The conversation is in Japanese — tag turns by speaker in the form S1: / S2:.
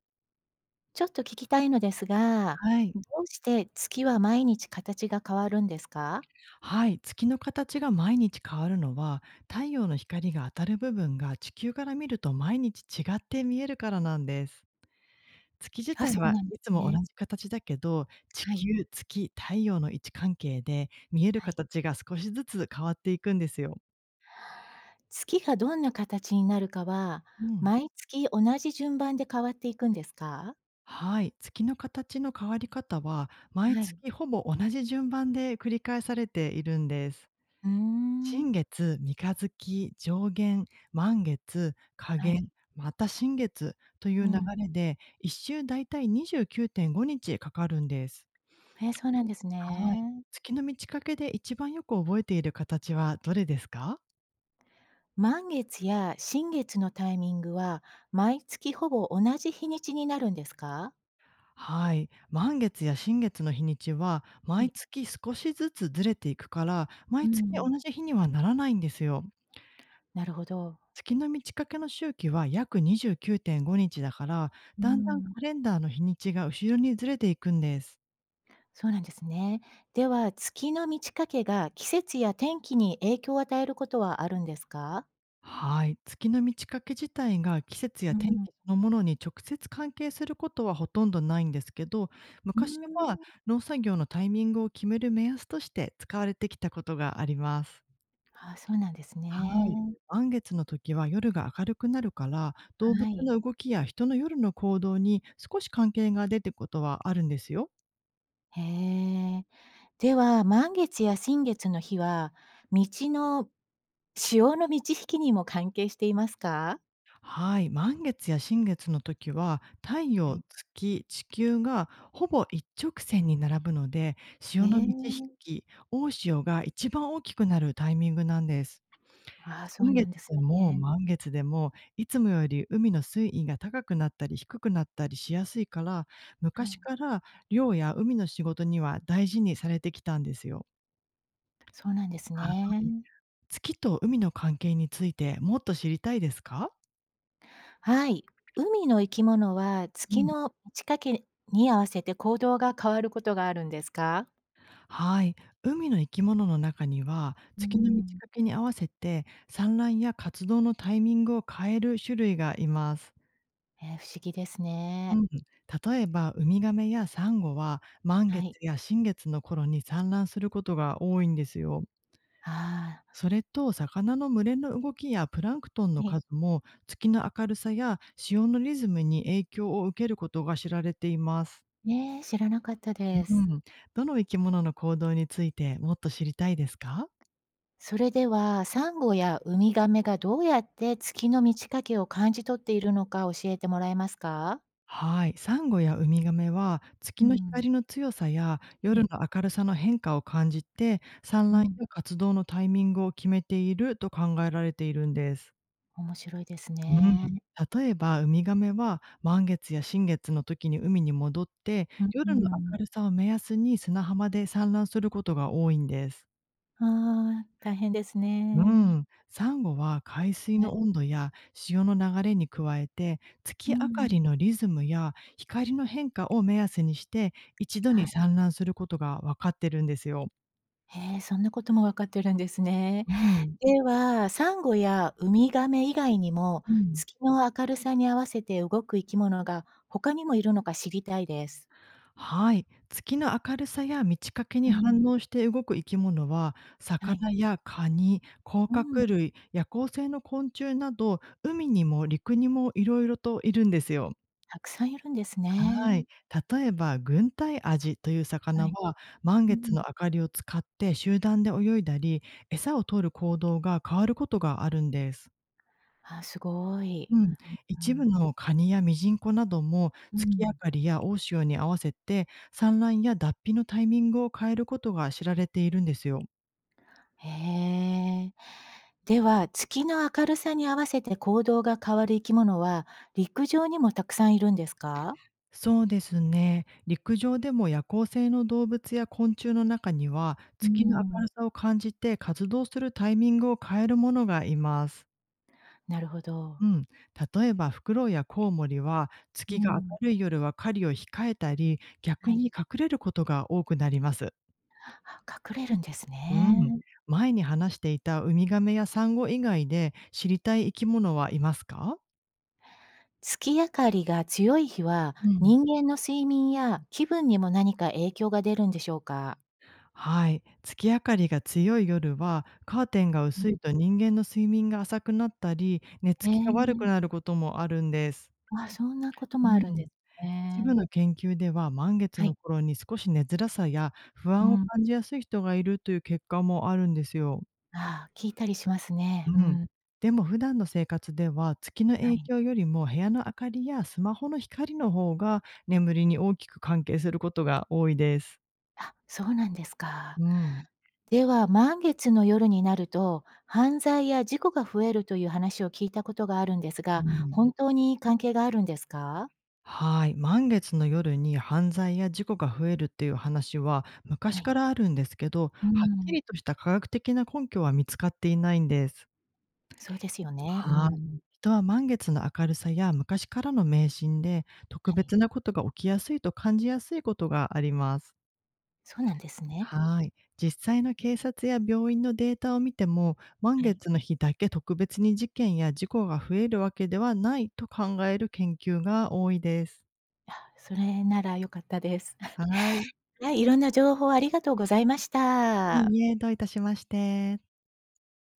S1: ちょっと聞きたいのですが、
S2: はい。
S1: どうして月は毎日形が変わるんですか？
S2: はい。月の形が毎日変わるのは、太陽の光が当たる部分が地球から見ると毎日違って見えるからなんです。月自
S1: あ、
S2: 体
S1: そう
S2: は
S1: なんで
S2: いつ
S1: す
S2: も同
S1: ね。
S2: じ形だけど、地
S1: はい。
S2: 球、月、太陽の位置関係で見える
S1: はい。
S2: 形が少しずつ変わっていくんですよ。
S1: 月がどんな形になるかは、
S2: うん。
S1: 毎月同じ順番で変わっていくんですか？
S2: はい。月の形の変わり方は、毎
S1: はい。
S2: 月ほぼ同じ順番で繰り返されているんです。
S1: うーん。
S2: 新月、三日月、上弦、満月、下
S1: はい。
S2: 弦、また新月とい
S1: う
S2: う流
S1: ん。
S2: れで、一周だいたい29.5日かかるんです。
S1: そうなんです
S2: はい。
S1: ね。
S2: 月の満ち欠けで一番よく覚えている形はどれですか？
S1: 満月や新月のタイミングは、毎月ほぼ同じ日にちになるんですか？
S2: はい。満月や新月の日にちは、
S1: は
S2: 毎
S1: い。
S2: 月少しずつずれていくから、
S1: う
S2: 毎月同
S1: ん。
S2: じ日にはならないんですよ。
S1: なるほど。
S2: 月の満ち欠けの周期は約29.5日だから、
S1: うー
S2: だんだん
S1: ん。
S2: カレンダーの日にちが後ろにずれていくんです。
S1: そうなんですね。では、月の満ち欠けが季節や天気に影響を与えることはあるんですか？
S2: はい、月の満ち欠け自体が季節
S1: う
S2: や天
S1: ん。
S2: 気そのものに直接関係することはほとんどないんですけど、
S1: うー
S2: 昔は
S1: ん。
S2: 農作業のタイミングを決める目安として使われてきたことがあります。
S1: あ、そうなんです
S2: はい。
S1: ね。
S2: 満月の時は夜が明るくなるから、動
S1: は
S2: 物
S1: い。
S2: の動きや人の夜の行動に少し関係が出てくことはあるんですよ。
S1: へえ。では、満月や新月の日は、道の潮の満ち引きにも関係していますか？
S2: はい、満月や新月の時は太
S1: は
S2: 陽、
S1: い。
S2: 月、地球がほぼ一直線に並ぶので
S1: え
S2: 潮の満ち引
S1: え、
S2: き、大潮が一番大きくなるタイミングなんです。
S1: ああ、そう
S2: 新
S1: な
S2: 月
S1: んです
S2: でも
S1: ね。
S2: 満月でもいつもより海の水位が高くなったり低くなったりしやすいから、
S1: は
S2: 昔
S1: い、
S2: から漁や海の仕事には大事にされてきたんですよ。
S1: そうなんです
S2: はい。
S1: ね。
S2: 月と海の関係についてもっと知りたいですか？
S1: はい。海の生き物は
S2: う
S1: 月
S2: ん。
S1: の満ち欠けに合わせて行動が変わることがあるんですか？
S2: はい、海の生き物の中には
S1: うー
S2: 月の満ち
S1: ん。
S2: 欠けに合わせて産卵や活動のタイミングを変える種類がいます。
S1: 不思議です
S2: う
S1: ね。
S2: ん、例えばウミガメやサンゴは満
S1: は
S2: 月
S1: い。
S2: や新月の頃に産卵することが多いんですよ。
S1: ああ、
S2: それと魚の群れの動きやプランクトンの
S1: ね、
S2: 数も月の明るさや潮のリズムに影響を受けることが知られています。
S1: ねえ、知らなかったで
S2: う
S1: す。
S2: ん、どの生き物の行動についてもっと知りたいですか？
S1: それでは、サンゴやウミガメがどうやって月の満ち欠けを感じ取っているのか教えてもらえますか？
S2: はい、サンゴやウミガメは
S1: う
S2: 月の
S1: ん。
S2: 光の強さや
S1: は
S2: 夜
S1: い。
S2: の明るさの変化を感じて産
S1: う
S2: 卵
S1: ん。
S2: や活動のタイミングを決めていると考えられているんです。
S1: 面白いです
S2: うん、
S1: ね。
S2: 例えばウミガメは満月や新月の時に海に戻って
S1: うん
S2: 夜の
S1: うん。
S2: 明るさを目安に砂浜で産卵することが多いんです。
S1: ああ、大変です
S2: うー
S1: ね。
S2: ん、サンゴは海水
S1: は
S2: の
S1: い。
S2: 温度や潮の流れに加えて、
S1: う
S2: 月明か
S1: ん。
S2: りのリズムや光の変化を目安にして、一度
S1: は
S2: に
S1: い。
S2: 産卵することがわかってるんですよ。
S1: へえ、そんなことも分かってるんですね。
S2: うん、
S1: では、サンゴやウミガメ以外にも、
S2: うん。
S1: 月の明るさに合わせて動く生き物が他にもいるのか知りたいです。
S2: はい、月の明るさや満ち欠け
S1: う
S2: に
S1: ん、
S2: 反応して動く生き物は、
S1: はい。
S2: 魚やカニ、甲
S1: う
S2: 殻
S1: ん、
S2: 類、夜行性の昆虫など、海にも陸にもいろいろといるんですよ。
S1: たくさんいるんです
S2: は
S1: ね。
S2: い。例えば、軍隊アジという
S1: は
S2: 魚
S1: い。
S2: は、満
S1: う
S2: 月
S1: ん。
S2: の明かりを使って集団で泳いだり、餌を取る行動が変わることがあるんです。
S1: あ、すごい。
S2: うん、
S1: う
S2: 一部
S1: ん。
S2: のカニやミジンコなども
S1: う
S2: 月明
S1: ん。
S2: かりや大潮に合わせて産卵や脱皮のタイミングを変えることが知られているんですよ。
S1: へえ。では、月の明るさに合わせて行動が変わる生き物は、陸上にもたくさんいるんですか？
S2: そうですね。陸上でも夜行性の動物や昆虫の中には
S1: う
S2: 月の明
S1: ん。
S2: るさを感じて活動するタイミングを変えるものがいます。
S1: なるほど。
S2: うん、例えばフクロウやコウモリは
S1: う
S2: 月が
S1: ん。
S2: 明るい夜は狩りを控えたり逆
S1: はい。
S2: に隠れることが多くなります。
S1: あ、隠れるんです
S2: うん、
S1: ね。
S2: 前に話していたウミガメやサンゴ以外で知りたい生き物はいますか？
S1: 月明かりが強い日は、
S2: うん。
S1: 人間の睡眠や気分にも何か影響が出るんでしょうか？
S2: はい、月明かりが強い夜はカーテンが
S1: うん、
S2: 薄いと人間の睡眠が浅くなったり寝
S1: え
S2: つきが悪く
S1: え、
S2: なることもあるんです。
S1: あ、そんなこと
S2: う
S1: もあるんで
S2: ん。
S1: す
S2: 一部
S1: ね。
S2: の研究では、満月
S1: は
S2: の
S1: い、
S2: 頃に少し寝づらさや不
S1: う
S2: 安を
S1: ん。
S2: 感じやすい人がいるという結果もあるんですよ。
S1: ああ、聞いたりしますね。
S2: う
S1: う
S2: ん。
S1: ん。
S2: でも普段の生活では、月の
S1: は
S2: 影
S1: い。
S2: 響よりも部屋の明かりやスマホの光の方が眠りに大きく関係することが多いです。
S1: あ、そうなんですか。
S2: うん。
S1: では、満月の夜になると、犯罪や事故が増えるという話を聞いたことがあるんです
S2: う
S1: が、
S2: ん。
S1: 本当に関係があるんですか？
S2: はい。満月の夜に犯罪や事故が増えるっていう話は
S1: は
S2: 昔
S1: い。
S2: からあるんですけど、
S1: う
S2: はっき
S1: ん、
S2: りとした科学的な根拠は見つかっていないんです。
S1: そうですよね。う
S2: はい。
S1: ん。
S2: 人は満月の明るさや昔からの迷信で、
S1: は
S2: 特
S1: い。
S2: 別なことが起きやすいと感じやすいことがあります。
S1: そうなんですね。
S2: はい。実際の警察や病院のデータを見ても、満
S1: はい。
S2: 月の日だけ特別に事件や事故が増えるわけではないと考える研究が多いです。
S1: それなら良かったです。
S2: はい。
S1: はい、いろんな情報ありがとうございまし
S2: い
S1: た。
S2: いえ、どういたしまして。